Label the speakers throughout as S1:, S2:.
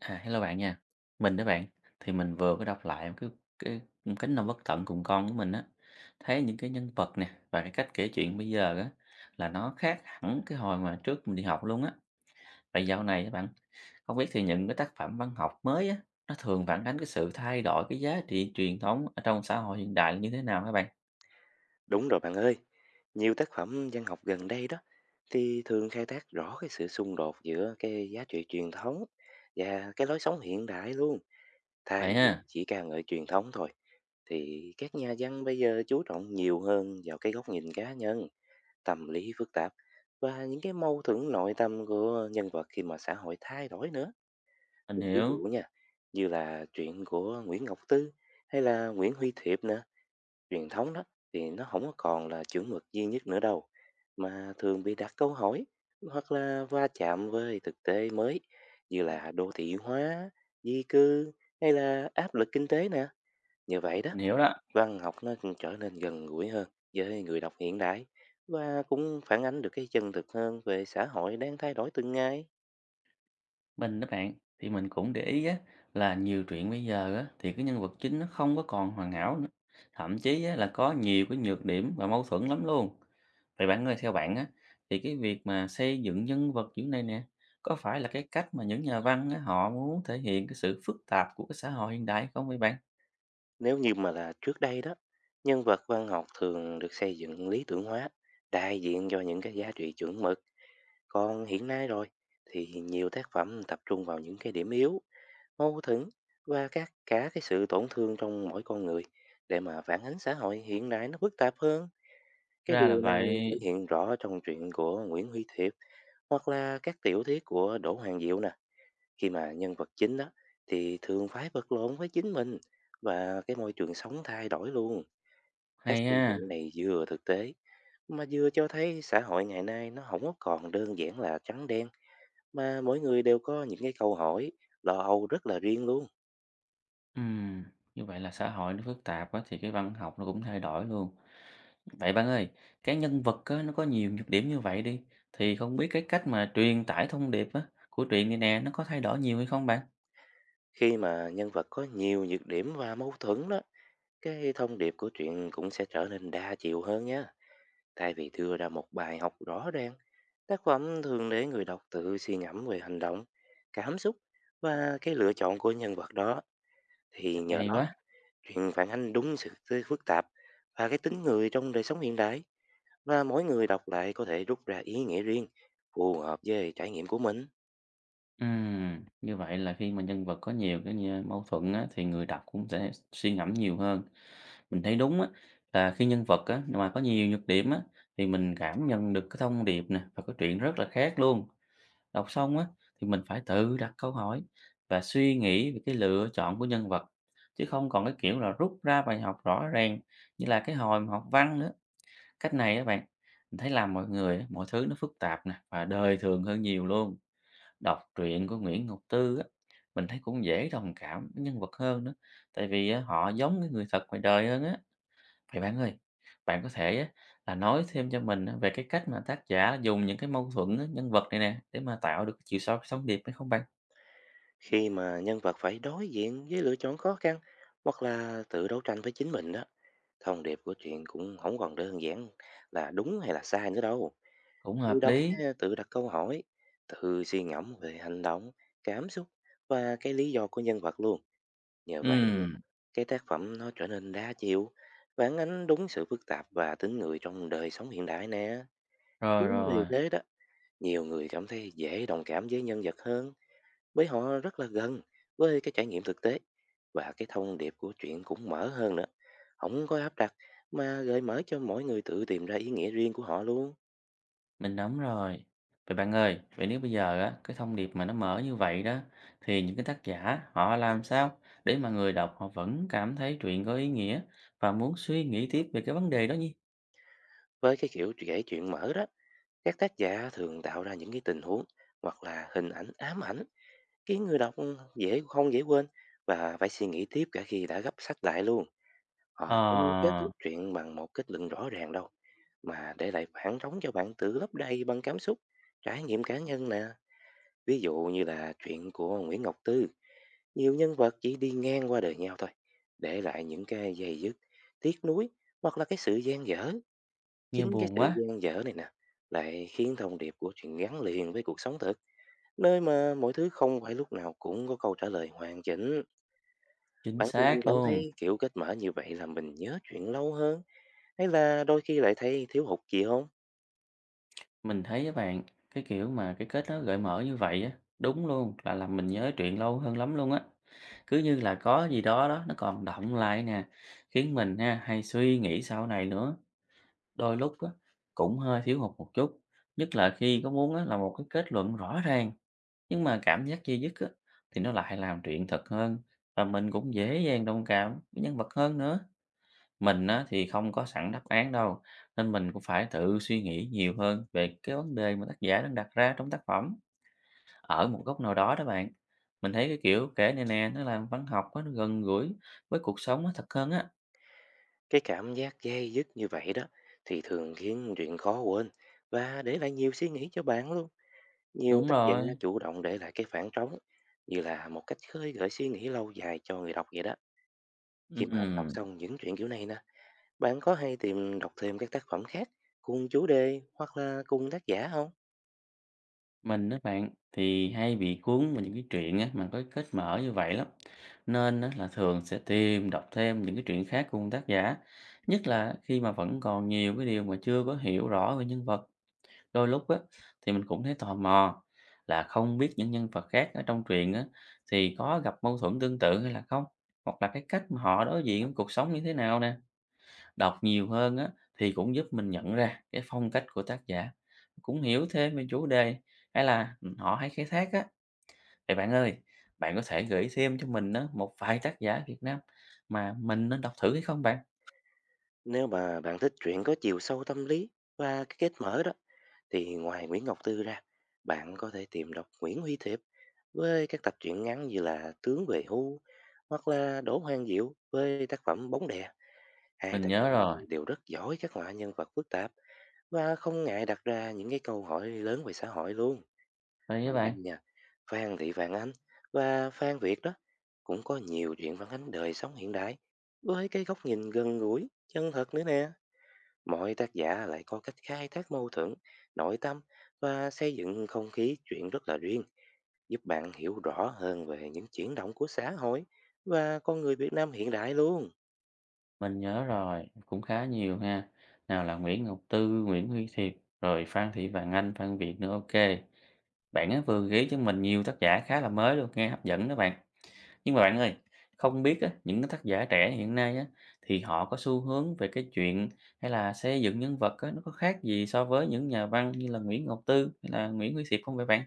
S1: À, hello bạn nha. Mình đó bạn, thì mình vừa có đọc lại một cái cánh đồng bất tận cùng con của mình á, thấy những cái nhân vật nè và cái cách kể chuyện bây giờ á là nó khác hẳn cái hồi mà trước mình đi học luôn á. Vậy dạo này các bạn, không biết thì những cái tác phẩm văn học mới á, nó thường phản ánh cái sự thay đổi cái giá trị truyền thống ở trong xã hội hiện đại như thế nào các bạn?
S2: Đúng rồi bạn ơi, nhiều tác phẩm văn học gần đây đó thì thường khai thác rõ cái sự xung đột giữa cái giá trị truyền thống và cái lối sống hiện đại luôn, thay
S1: Vậy
S2: vì
S1: ha,
S2: chỉ ca ngợi truyền thống thôi. Thì các nhà văn bây giờ chú trọng nhiều hơn vào cái góc nhìn cá nhân, tâm lý phức tạp và những cái mâu thuẫn nội tâm của nhân vật khi mà xã hội thay đổi nữa.
S1: mình
S2: Mình ví dụ
S1: hiểu,
S2: nha, như là chuyện của Nguyễn Ngọc Tư hay là Nguyễn Huy Thiệp nữa, truyền thống đó thì nó không có còn là chuẩn mực duy nhất nữa đâu, mà thường bị đặt câu hỏi hoặc là va chạm với thực tế mới như là đô thị hóa, di cư hay là áp lực kinh tế nè. Như vậy đó,
S1: mình hiểu đó.
S2: văn học nó cũng trở nên gần gũi hơn với người đọc hiện đại và cũng phản ánh được cái chân thực hơn về xã hội đang thay đổi từng ngày.
S1: Mình đó bạn, thì mình cũng để ý á, là nhiều truyện bây giờ á, thì cái nhân vật chính nó không có còn hoàn hảo nữa. Thậm chí á, là có nhiều cái nhược điểm và mâu thuẫn lắm luôn. Vậy bạn ơi, theo bạn á, thì cái việc mà xây dựng nhân vật kiểu này nè, có phải là cái cách mà những nhà văn á, họ muốn thể hiện cái sự phức tạp của cái xã hội hiện đại không vậy bạn?
S2: Nếu như mà là trước đây đó, nhân vật văn học thường được xây dựng lý tưởng hóa, đại diện cho những cái giá trị chuẩn mực. Còn hiện nay rồi thì nhiều tác phẩm tập trung vào những cái điểm yếu, mâu thuẫn và các cả cái sự tổn thương trong mỗi con người để mà phản ánh xã hội hiện đại nó phức tạp hơn. Cái
S1: Ra là
S2: điều này
S1: vậy,
S2: thể hiện rõ trong truyện của Nguyễn Huy Thiệp hoặc là các tiểu thuyết của Đỗ Hoàng Diệu nè. Khi mà nhân vật chính đó thì thường phải vật lộn với chính mình và cái môi trường sống thay đổi luôn. Cách
S1: hay
S2: xây dựng
S1: ha.
S2: này vừa thực tế mà vừa cho thấy xã hội ngày nay nó không có còn đơn giản là trắng đen, mà mỗi người đều có những cái câu hỏi, lo âu rất là riêng luôn.
S1: Ừm, như vậy là xã hội nó phức tạp quá thì cái văn học nó cũng thay đổi luôn. Vậy bạn ơi, cái nhân vật á, nó có nhiều nhược điểm như vậy đi, thì không biết cái cách mà truyền tải thông điệp á, của truyện này nè, nó có thay đổi nhiều hay không bạn?
S2: Khi mà nhân vật có nhiều nhược điểm và mâu thuẫn đó, cái thông điệp của truyện cũng sẽ trở nên đa chiều hơn nhé. Thay vì đưa ra một bài học rõ ràng, tác phẩm thường để người đọc tự suy ngẫm về hành động, cảm xúc và cái lựa chọn của nhân vật đó. Thì nhờ
S1: Hay
S2: đó,
S1: quá.
S2: truyện phản ánh đúng sự phức tạp và cái tính người trong đời sống hiện đại, và mỗi người đọc lại có thể rút ra ý nghĩa riêng phù hợp với trải nghiệm của mình.
S1: Như vậy là khi mà nhân vật có nhiều cái mâu thuẫn á, thì người đọc cũng sẽ suy ngẫm nhiều hơn. Mình thấy đúng á, là khi nhân vật á, mà có nhiều nhược điểm á, thì mình cảm nhận được cái thông điệp nè, và cái chuyện rất là khác luôn. Đọc xong á thì mình phải tự đặt câu hỏi và suy nghĩ về cái lựa chọn của nhân vật chứ không còn cái kiểu là rút ra bài học rõ ràng như là cái hồi mà học văn nữa. Cách này á bạn, mình thấy làm mọi người á, mọi thứ nó phức tạp nè và đời thường hơn nhiều luôn. Đọc truyện của Nguyễn Ngọc Tư á mình thấy cũng dễ đồng cảm với nhân vật hơn nữa tại vì á, họ giống cái người thật ngoài đời hơn á. Vậy bạn ơi, bạn có thể á, là nói thêm cho mình á, về cái cách mà tác giả dùng những cái mâu thuẫn á, nhân vật này nè để mà tạo được cái chiều sâu thông điệp hay không bạn?
S2: Khi mà nhân vật phải đối diện với lựa chọn khó khăn hoặc là tự đấu tranh với chính mình đó, thông điệp của chuyện cũng không còn đơn giản là đúng hay là sai nữa đâu.
S1: Cũng
S2: Người
S1: hợp
S2: đọc
S1: lý.
S2: á, tự đặt câu hỏi, tự suy ngẫm về hành động, cảm xúc và cái lý do của nhân vật luôn. Nhờ vậy nha,
S1: Ừm,
S2: cái tác phẩm nó trở nên đa chiều, phản ánh đúng sự phức tạp và tính người trong đời sống hiện đại nè.
S1: rồi
S2: Chính vì
S1: rồi,
S2: thế đó, nhiều người cảm thấy dễ đồng cảm với nhân vật hơn, với họ rất là gần với cái trải nghiệm thực tế, và cái thông điệp của chuyện cũng mở hơn nữa, không có áp đặt mà gợi mở cho mỗi người tự tìm ra ý nghĩa riêng của họ luôn.
S1: mình nắm rồi. Vậy bạn ơi, vậy nếu bây giờ á, cái thông điệp mà nó mở như vậy đó, thì những cái tác giả họ làm sao để mà người đọc họ vẫn cảm thấy truyện có ý nghĩa và muốn suy nghĩ tiếp về cái vấn đề đó nhỉ?
S2: Với cái kiểu kể chuyện mở đó, các tác giả thường tạo ra những cái tình huống hoặc là hình ảnh ám ảnh khiến người đọc dễ không dễ quên và phải suy nghĩ tiếp cả khi đã gấp sách lại luôn.
S1: Ờ,
S2: Họ không kết thúc chuyện bằng một kết luận rõ ràng đâu, mà để lại khoảng trống cho bạn tự lấp đầy bằng cảm xúc, trải nghiệm cá nhân nè. Ví dụ như là chuyện của Nguyễn Ngọc Tư, nhiều nhân vật chỉ đi ngang qua đời nhau thôi, để lại những cái dây dứt, tiếc nuối hoặc là cái sự gian dở.
S1: nghe
S2: Chính cái
S1: buồn
S2: sự
S1: quá,
S2: gian dở này nè, lại khiến thông điệp của chuyện gắn liền với cuộc sống thực, nơi mà mọi thứ không phải lúc nào cũng có câu trả lời hoàn chỉnh.
S1: chính
S2: Bạn thường
S1: xác
S2: cảm
S1: luôn.
S2: thấy kiểu kết mở như vậy là mình nhớ chuyện lâu hơn, hay là đôi khi lại thấy thiếu hụt gì không?
S1: Mình thấy á bạn, cái kiểu mà cái kết nó gợi mở như vậy á, đúng luôn là làm mình nhớ chuyện lâu hơn lắm luôn á. Cứ như là có gì đó đó nó còn đọng lại nè, khiến mình ha hay suy nghĩ sau này nữa. Đôi lúc á cũng hơi thiếu hụt một chút, nhất là khi có muốn á là một cái kết luận rõ ràng, nhưng mà cảm giác dây dứt á thì nó lại làm chuyện thật hơn và mình cũng dễ dàng đồng cảm với nhân vật hơn nữa. Mình á, thì không có sẵn đáp án đâu, nên mình cũng phải tự suy nghĩ nhiều hơn về cái vấn đề mà tác giả đang đặt ra trong tác phẩm, ở một góc nào đó đó bạn. Mình thấy cái kiểu kể này nè, nó làm văn học á, nó gần gũi với cuộc sống nó thật hơn á.
S2: Cái cảm giác dây dứt như vậy đó, thì thường khiến chuyện khó quên và để lại nhiều suy nghĩ cho bạn luôn. Nhiều
S1: Đúng
S2: tác giả
S1: rồi.
S2: chủ động để lại cái khoảng trống như là một cách khơi gợi suy nghĩ lâu dài cho người đọc vậy đó. Khi mà đọc
S1: Ừm,
S2: xong những chuyện kiểu này nè, bạn có hay tìm đọc thêm các tác phẩm khác cùng chủ đề hoặc là cùng tác giả không?
S1: mình đó bạn, thì hay bị cuốn vào những cái chuyện á, mà có cái kết mở như vậy lắm. Nên á, là thường sẽ tìm đọc thêm những cái chuyện khác cùng tác giả, nhất là khi mà vẫn còn nhiều cái điều mà chưa có hiểu rõ về nhân vật. Đôi lúc á, thì mình cũng thấy tò mò là không biết những nhân vật khác ở trong truyện á, thì có gặp mâu thuẫn tương tự hay là không? Hoặc là cái cách mà họ đối diện với cuộc sống như thế nào nè? Đọc nhiều hơn á, thì cũng giúp mình nhận ra cái phong cách của tác giả, cũng hiểu thêm về chủ đề hay là họ hay khai thác á. Vậy bạn ơi, bạn có thể gửi thêm cho mình á, một vài tác giả Việt Nam mà mình nên đọc thử hay không bạn?
S2: Nếu mà bạn thích truyện có chiều sâu tâm lý và cái kết mở đó, thì ngoài Nguyễn Ngọc Tư ra, bạn có thể tìm đọc Nguyễn Huy Thiệp với các tập truyện ngắn như là Tướng về hưu, hoặc là Đỗ Hoàng Diệu với tác phẩm Bóng đè. Hai
S1: Mình
S2: tác giả
S1: nhớ
S2: này
S1: rồi,
S2: đều rất giỏi các loại nhân vật phức tạp và không ngại đặt ra những cái câu hỏi lớn về xã hội luôn.
S1: đây với
S2: Ngoài ra
S1: bạn.
S2: nha, Phan Thị Vạn Anh và Phan Việt đó cũng có nhiều chuyện phản ánh đời sống hiện đại với cái góc nhìn gần gũi, chân thật nữa nè. Mỗi tác giả lại có cách khai thác mâu thuẫn, nội tâm và xây dựng không khí chuyện rất là riêng, giúp bạn hiểu rõ hơn về những chuyển động của xã hội và con người Việt Nam hiện đại luôn.
S1: Mình nhớ rồi, cũng khá nhiều ha. Nào là Nguyễn Ngọc Tư, Nguyễn Huy Thiệp, rồi Phan Thị Vàng Anh, Phan Việt nữa, OK. Bạn ấy vừa ghi cho mình nhiều tác giả khá là mới luôn, nghe hấp dẫn đó bạn. Nhưng mà bạn ơi, không biết á, những cái tác giả trẻ hiện nay á, thì họ có xu hướng về cái chuyện hay là xây dựng nhân vật á, nó có khác gì so với những nhà văn như là Nguyễn Ngọc Tư hay là Nguyễn Huy Thiệp không vậy bạn?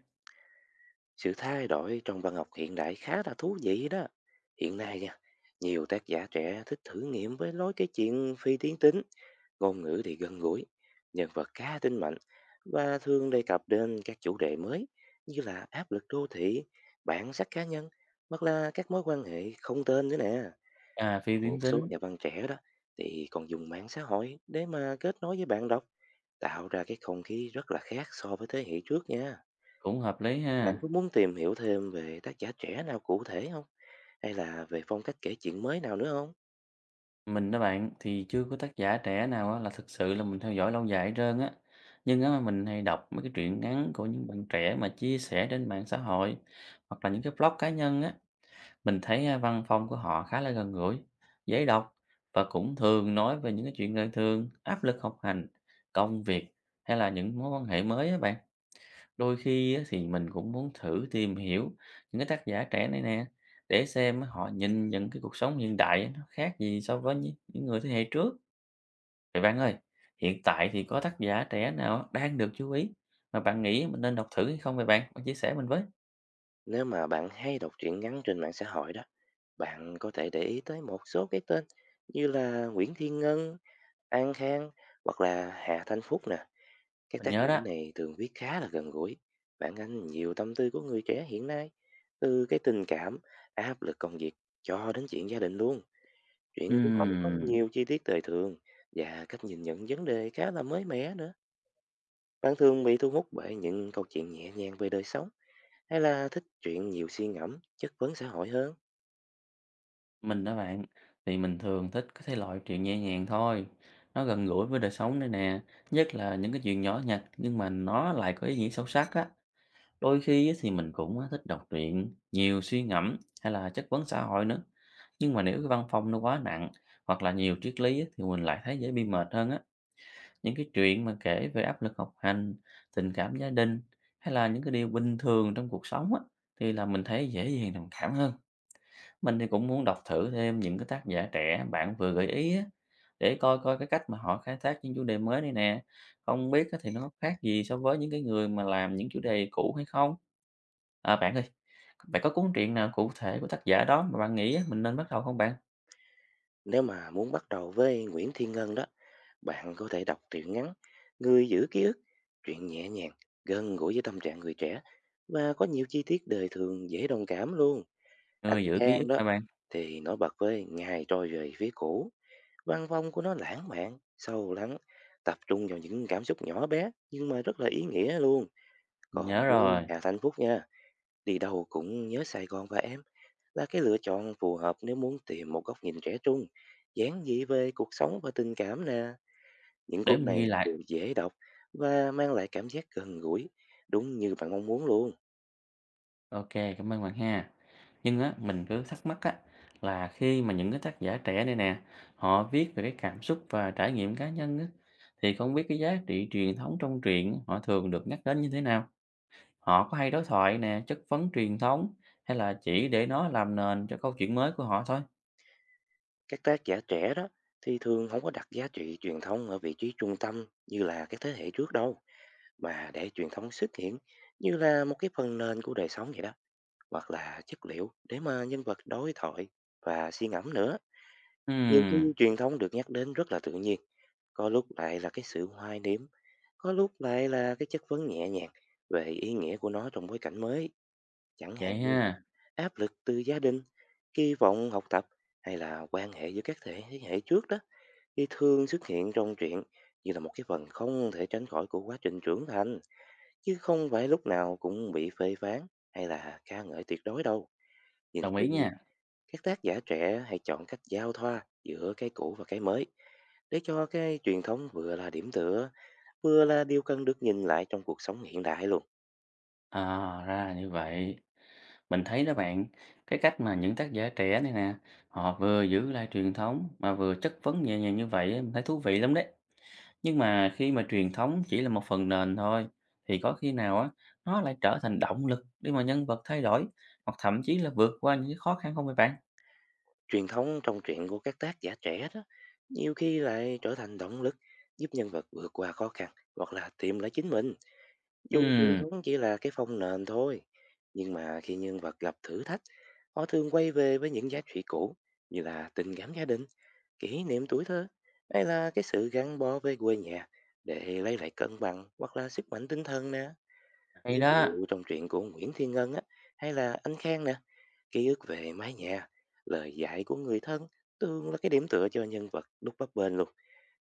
S2: Sự thay đổi trong văn học hiện đại khá là thú vị đó. Hiện nay nha, nhiều tác giả trẻ thích thử nghiệm với lối kể chuyện phi tiến tính, ngôn ngữ thì gần gũi, nhân vật cá tính mạnh và thường đề cập đến các chủ đề mới như là áp lực đô thị, bản sắc cá nhân hoặc là các mối quan hệ không tên nữa nè.
S1: À, Phi
S2: Một
S1: Tiến
S2: số
S1: Tính,
S2: nhà văn trẻ đó thì còn dùng mạng xã hội để mà kết nối với bạn đọc, tạo ra cái không khí rất là khác so với thế hệ trước nha.
S1: cũng hợp lý
S2: Bạn
S1: ha.
S2: có muốn tìm hiểu thêm về tác giả trẻ nào cụ thể không? Hay là về phong cách kể chuyện mới nào nữa không?
S1: Mình đó bạn thì chưa có tác giả trẻ nào á, là thực sự là mình theo dõi lâu dài hết trơn á. Nhưng á, mình hay đọc mấy cái truyện ngắn của những bạn trẻ mà chia sẻ trên mạng xã hội hoặc là những cái blog cá nhân á. Mình thấy à, văn phong của họ khá là gần gũi, dễ đọc và cũng thường nói về những cái chuyện đời thường, áp lực học hành, công việc hay là những mối quan hệ mới á bạn. Đôi khi á, thì mình cũng muốn thử tìm hiểu những cái tác giả trẻ này nè để xem á, họ nhìn nhận cái cuộc sống hiện đại á, nó khác gì so với những người thế hệ trước. Vậy bạn ơi, hiện tại thì có tác giả trẻ nào á, đang được chú ý mà bạn nghĩ mình nên đọc thử hay không vậy bạn? Bạn chia sẻ mình với.
S2: Nếu mà bạn hay đọc truyện ngắn trên mạng xã hội đó, bạn có thể để ý tới một số cái tên như là Nguyễn Thiên Ngân, An Khang hoặc là Hà Thanh Phúc nè. Các
S1: Mình
S2: tác
S1: nhớ
S2: giả
S1: đó.
S2: này thường viết khá là gần gũi, phản ánh nhiều tâm tư của người trẻ hiện nay, từ cái tình cảm, áp lực công việc cho đến chuyện gia đình luôn. Chuyện của họ có
S1: Ừm,
S2: nhiều chi tiết đời thường và cách nhìn nhận vấn đề khá là mới mẻ nữa. Bạn thường bị thu hút bởi những câu chuyện nhẹ nhàng về đời sống, hay là thích chuyện nhiều suy ngẫm, chất vấn xã hội hơn?
S1: mình đó bạn thì mình thường thích cái thể loại truyện nhẹ nhàng thôi. Nó gần gũi với đời sống đây nè, nhất là những cái chuyện nhỏ nhặt nhưng mà nó lại có ý nghĩa sâu sắc á. Đôi khi á thì mình cũng á thích đọc truyện, nhiều suy ngẫm hay là chất vấn xã hội nữa. Nhưng mà nếu cái văn phong nó quá nặng hoặc là nhiều triết lý á thì mình lại thấy dễ bị mệt hơn á. Những cái chuyện mà kể về áp lực học hành, tình cảm gia đình hay là những cái điều bình thường trong cuộc sống á thì là mình thấy dễ dàng đồng cảm hơn. Mình thì cũng muốn đọc thử thêm những cái tác giả trẻ bạn vừa gợi ý á, để coi coi cái cách mà họ khai thác những chủ đề mới này nè. Không biết á thì nó khác gì so với những cái người mà làm những chủ đề cũ hay không? À, bạn ơi, bạn có cuốn truyện nào cụ thể của tác giả đó mà bạn nghĩ á, mình nên bắt đầu không bạn?
S2: Nếu mà muốn bắt đầu với Nguyễn Thiên Ngân đó, bạn có thể đọc truyện ngắn Người giữ ký ức, chuyện nhẹ nhàng, gần gũi với tâm trạng người trẻ và có nhiều chi tiết đời thường dễ đồng cảm luôn. Anh
S1: Người giữ ký ức
S2: Khang đó
S1: hả bạn?
S2: thì nổi bật với Ngày trôi về phía cũ, văn phong của nó lãng mạn, sâu lắng, tập trung vào những cảm xúc nhỏ bé nhưng mà rất là ý nghĩa luôn.
S1: Mình
S2: Còn
S1: nhớ
S2: với
S1: rồi,
S2: Hà Thanh Phúc nha, Đi đâu cũng nhớ Sài Gòn và em là cái lựa chọn phù hợp nếu muốn tìm một góc nhìn trẻ trung, giản dị về cuộc sống và tình cảm nè. Những
S1: để
S2: cuốn
S1: mình
S2: này
S1: ghi
S2: đều
S1: lại.
S2: dễ đọc và mang lại cảm giác gần gũi, đúng như bạn mong muốn luôn.
S1: OK, cảm ơn bạn ha. Nhưng á, mình cứ thắc mắc á, là khi mà những cái tác giả trẻ này nè, họ viết về cái cảm xúc và trải nghiệm cá nhân á, thì không biết cái giá trị truyền thống trong truyện á, họ thường được nhắc đến như thế nào? Họ có hay đối thoại nè, chất vấn truyền thống hay là chỉ để nó làm nền cho câu chuyện mới của họ thôi?
S2: Các tác giả trẻ đó thì thường không có đặt giá trị truyền thông ở vị trí trung tâm như là các thế hệ trước đâu, mà để truyền thông xuất hiện như là một cái phần nền của đời sống vậy đó, hoặc là chất liệu để mà nhân vật đối thoại và suy ngẫm nữa. Nhiều
S1: Ừm,
S2: khi truyền thông được nhắc đến rất là tự nhiên, có lúc lại là cái sự hoài niệm, có lúc lại là cái chất vấn nhẹ nhàng về ý nghĩa của nó trong bối cảnh mới, chẳng
S1: vậy
S2: hạn như
S1: ha,
S2: áp lực từ gia đình, kỳ vọng học tập hay là quan hệ giữa các thế hệ trước đó thì thường xuất hiện trong truyện như là một cái phần không thể tránh khỏi của quá trình trưởng thành, chứ không phải lúc nào cũng bị phê phán hay là ca ngợi tuyệt đối đâu. Nhìn
S1: đồng ý
S2: chung nha,
S1: nha.
S2: các tác giả trẻ hay chọn cách giao thoa giữa cái cũ và cái mới để cho cái truyền thống vừa là điểm tựa, vừa là điều cần được nhìn lại trong cuộc sống hiện đại luôn.
S1: À, ra là như vậy. Mình thấy đó bạn, cái cách mà những tác giả trẻ này nè, họ vừa giữ lại truyền thống mà vừa chất vấn nhẹ nhàng như vậy, á, mình thấy thú vị lắm đấy. Nhưng mà khi mà truyền thống chỉ là một phần nền thôi, thì có khi nào á, nó lại trở thành động lực để mà nhân vật thay đổi, hoặc thậm chí là vượt qua những cái khó khăn không vậy bạn?
S2: Truyền thống trong truyện của các tác giả trẻ đó, nhiều khi lại trở thành động lực giúp nhân vật vượt qua khó khăn hoặc là tìm lại chính mình. Dù truyền
S1: Ừm,
S2: thống chỉ là cái phong nền thôi, nhưng mà khi nhân vật gặp thử thách, họ thường quay về với những giá trị cũ như là tình cảm gia đình, kỷ niệm tuổi thơ hay là cái sự gắn bó với quê nhà để lấy lại cân bằng hoặc là sức mạnh tinh thần nè.
S1: hay
S2: Ví
S1: đó.
S2: dụ trong truyện của Nguyễn Thiên Ngân á, hay là Anh Khang nè, Ký ức về mái nhà, lời dạy của người thân thường là cái điểm tựa cho nhân vật đúc bắp bên luôn.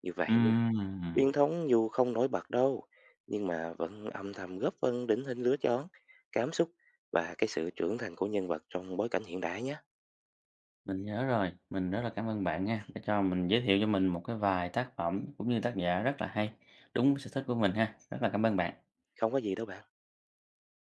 S2: Như vậy nha,
S1: Ừm.
S2: truyền thống dù không nổi bật đâu, nhưng mà vẫn âm thầm góp phần định hình lứa chón, cảm xúc và cái sự trưởng thành của nhân vật trong bối cảnh hiện đại nhé.
S1: Mình nhớ rồi, mình rất là cảm ơn bạn nha, đã cho mình giới thiệu cho mình một cái vài tác phẩm cũng như tác giả rất là hay, đúng sở thích của mình ha. Rất là cảm ơn bạn.
S2: Không có gì đâu bạn.